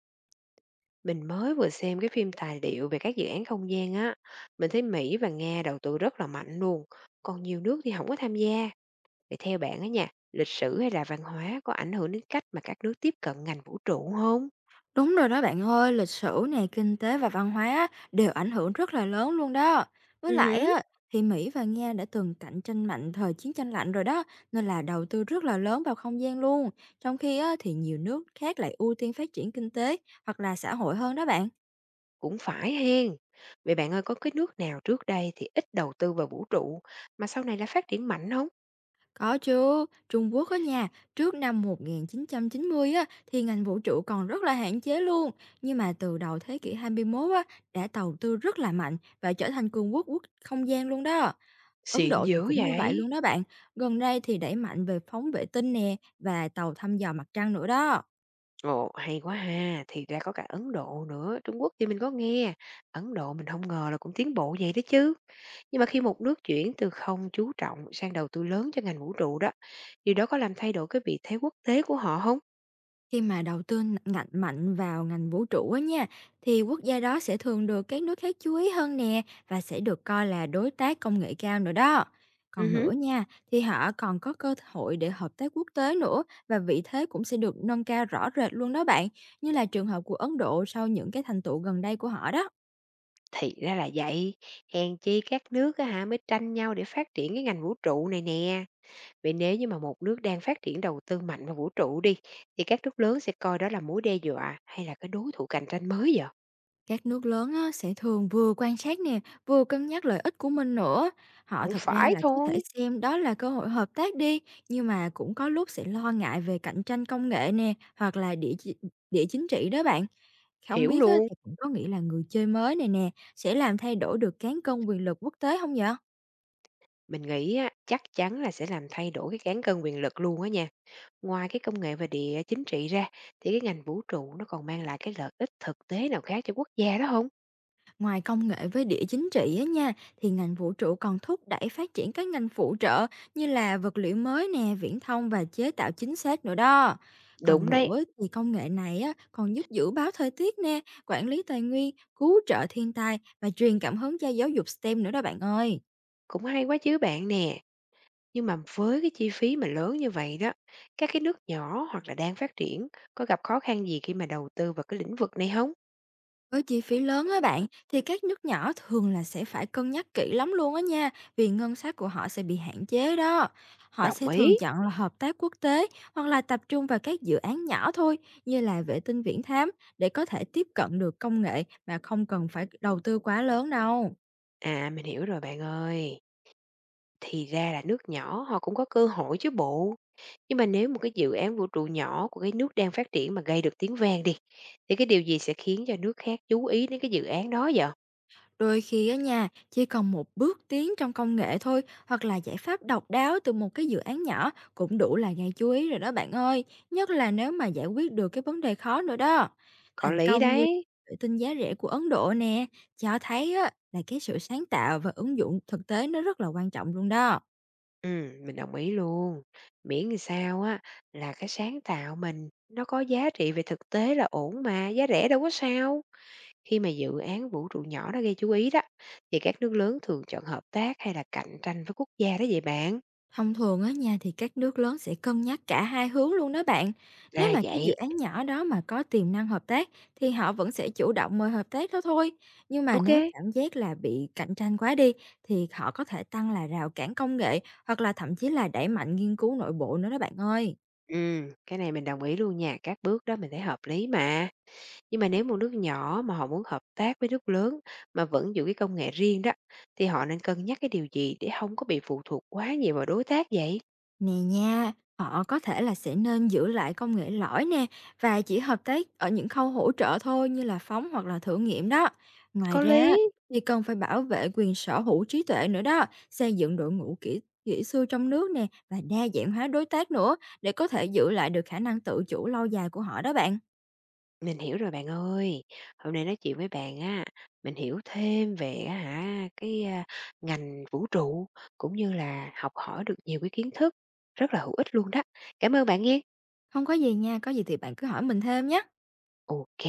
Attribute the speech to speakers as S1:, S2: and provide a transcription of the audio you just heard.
S1: Mình mới vừa xem cái phim tài liệu về các dự án không gian á, mình thấy Mỹ và Nga đầu tư rất là mạnh luôn, còn nhiều nước thì không có tham gia. Vậy theo bạn á nha, lịch sử hay là văn hóa có ảnh hưởng đến cách mà các nước tiếp cận ngành vũ trụ không?
S2: Đúng rồi đó bạn ơi, lịch sử này kinh tế và văn hóa á, đều ảnh hưởng rất là lớn luôn đó. Với
S1: Ừ
S2: lại
S1: hử.
S2: á, thì Mỹ và Nga đã từng cạnh tranh mạnh thời chiến tranh lạnh rồi đó, nên là đầu tư rất là lớn vào không gian luôn. Trong khi á, thì nhiều nước khác lại ưu tiên phát triển kinh tế hoặc là xã hội hơn đó bạn.
S1: Cũng phải hen. Vậy bạn ơi, có cái nước nào trước đây thì ít đầu tư vào vũ trụ mà sau này là phát triển mạnh không?
S2: Có chứ, Trung Quốc á nhà, trước năm 1990 á, thì ngành vũ trụ còn rất là hạn chế luôn. Nhưng mà từ đầu thế kỷ 21 á, đã đầu tư rất là mạnh và trở thành cường quốc quốc không gian luôn đó. Ấn
S1: Xịn
S2: Độ thì
S1: dữ
S2: cũng như vậy
S1: vậy.
S2: luôn đó bạn. Gần đây thì đẩy mạnh về phóng vệ tinh nè và tàu thăm dò mặt trăng nữa đó.
S1: Ồ, hay quá ha, thì ra có cả Ấn Độ nữa, Trung Quốc thì mình có nghe, Ấn Độ mình không ngờ là cũng tiến bộ vậy đó chứ. Nhưng mà khi một nước chuyển từ không chú trọng sang đầu tư lớn cho ngành vũ trụ đó, điều đó có làm thay đổi cái vị thế quốc tế của họ không?
S2: Khi mà đầu tư n ngành mạnh vào ngành vũ trụ á nha, thì quốc gia đó sẽ thường được các nước khác chú ý hơn nè và sẽ được coi là đối tác công nghệ cao nữa đó. Còn
S1: Hứm,
S2: nữa nha, thì họ còn có cơ hội để hợp tác quốc tế nữa, và vị thế cũng sẽ được nâng cao rõ rệt luôn đó bạn, như là trường hợp của Ấn Độ sau những cái thành tựu gần đây của họ đó.
S1: thì ra là vậy, hèn chi các nước á hả, mới tranh nhau để phát triển cái ngành vũ trụ này nè. Vậy nếu như mà một nước đang phát triển đầu tư mạnh vào vũ trụ đi, thì các nước lớn sẽ coi đó là mối đe dọa hay là cái đối thủ cạnh tranh mới vậy?
S2: Các nước lớn á, sẽ thường vừa quan sát nè, vừa cân nhắc lợi ích của mình nữa. Họ
S1: Cũng
S2: thật ra
S1: phải
S2: là có thể
S1: thôi,
S2: xem đó là cơ hội hợp tác đi, nhưng mà cũng có lúc sẽ lo ngại về cạnh tranh công nghệ nè, hoặc là địa chính trị đó bạn. Không
S1: hiểu
S2: biết á,
S1: luôn.
S2: thì cũng có nghĩ là người chơi mới này nè sẽ làm thay đổi được cán cân quyền lực quốc tế không vậy?
S1: Mình nghĩ á, chắc chắn là sẽ làm thay đổi cái cán cân quyền lực luôn á nha. Ngoài cái công nghệ và địa chính trị ra, thì cái ngành vũ trụ nó còn mang lại cái lợi ích thực tế nào khác cho quốc gia đó không?
S2: Ngoài công nghệ với địa chính trị á nha, thì ngành vũ trụ còn thúc đẩy phát triển các ngành phụ trợ như là vật liệu mới nè, viễn thông và chế tạo chính xác nữa đó. Còn
S1: Đúng đấy,
S2: nữa thì công nghệ này á, còn giúp dự báo thời tiết nè, quản lý tài nguyên, cứu trợ thiên tai và truyền cảm hứng cho giáo dục STEM nữa đó bạn ơi.
S1: cũng hay quá chứ bạn nè. Nhưng mà với cái chi phí mà lớn như vậy đó, các cái nước nhỏ hoặc là đang phát triển có gặp khó khăn gì khi mà đầu tư vào cái lĩnh vực này không?
S2: Với chi phí lớn á bạn, thì các nước nhỏ thường là sẽ phải cân nhắc kỹ lắm luôn á nha, vì ngân sách của họ sẽ bị hạn chế đó. Họ
S1: Đồng
S2: sẽ
S1: ý.
S2: thường chọn là hợp tác quốc tế, hoặc là tập trung vào các dự án nhỏ thôi, như là vệ tinh viễn thám, để có thể tiếp cận được công nghệ mà không cần phải đầu tư quá lớn đâu.
S1: À, mình hiểu rồi bạn ơi. Thì ra là nước nhỏ họ cũng có cơ hội chứ bộ. Nhưng mà nếu một cái dự án vũ trụ nhỏ của cái nước đang phát triển mà gây được tiếng vang đi, thì cái điều gì sẽ khiến cho nước khác chú ý đến cái dự án đó vậy?
S2: Đôi khi á nha, chỉ cần một bước tiến trong công nghệ thôi, hoặc là giải pháp độc đáo từ một cái dự án nhỏ cũng đủ là gây chú ý rồi đó bạn ơi, nhất là nếu mà giải quyết được cái vấn đề khó nữa đó.
S1: Có
S2: Thành
S1: lý
S2: công như
S1: đấy.
S2: vệ tinh giá rẻ của Ấn Độ nè, cho thấy á, là cái sự sáng tạo và ứng dụng thực tế nó rất là quan trọng luôn đó.
S1: Mình đồng ý luôn. Miễn làm sao á là cái sáng tạo mình nó có giá trị về thực tế là ổn mà, giá rẻ đâu có sao. Khi mà dự án vũ trụ nhỏ nó gây chú ý đó, thì các nước lớn thường chọn hợp tác hay là cạnh tranh với quốc gia đó vậy bạn.
S2: Thông thường á nha, thì các nước lớn sẽ cân nhắc cả hai hướng luôn đó bạn. Nếu
S1: Là
S2: mà cái dự
S1: vậy.
S2: án nhỏ đó mà có tiềm năng hợp tác, thì họ vẫn sẽ chủ động mời hợp tác đó thôi. Nhưng mà
S1: Ok.
S2: nếu cảm giác là bị cạnh tranh quá đi, thì họ có thể tăng là rào cản công nghệ, hoặc là thậm chí là đẩy mạnh nghiên cứu nội bộ nữa đó bạn ơi.
S1: Cái này mình đồng ý luôn nha. Các bước đó mình thấy hợp lý mà. Nhưng mà nếu một nước nhỏ mà họ muốn hợp tác với nước lớn mà vẫn giữ cái công nghệ riêng đó, thì họ nên cân nhắc cái điều gì để không có bị phụ thuộc quá nhiều vào đối tác vậy?
S2: Nè nha, họ có thể là sẽ nên giữ lại công nghệ lõi nè, và chỉ hợp tác ở những khâu hỗ trợ thôi, như là phóng hoặc là thử nghiệm đó. Ngoài
S1: Có lý.
S2: ra thì cần phải bảo vệ quyền sở hữu trí tuệ nữa đó, xây dựng đội ngũ kỹ kỹ sư trong nước nè, và đa dạng hóa đối tác nữa để có thể giữ lại được khả năng tự chủ lâu dài của họ đó bạn.
S1: Mình hiểu rồi bạn ơi. Hôm nay nói chuyện với bạn á, mình hiểu thêm về á hả, cái, ngành vũ trụ cũng như là học hỏi được nhiều cái kiến thức rất là hữu ích luôn đó. Cảm ơn bạn nghe.
S2: Không có gì nha, có gì thì bạn cứ hỏi mình thêm nhé.
S1: Ok.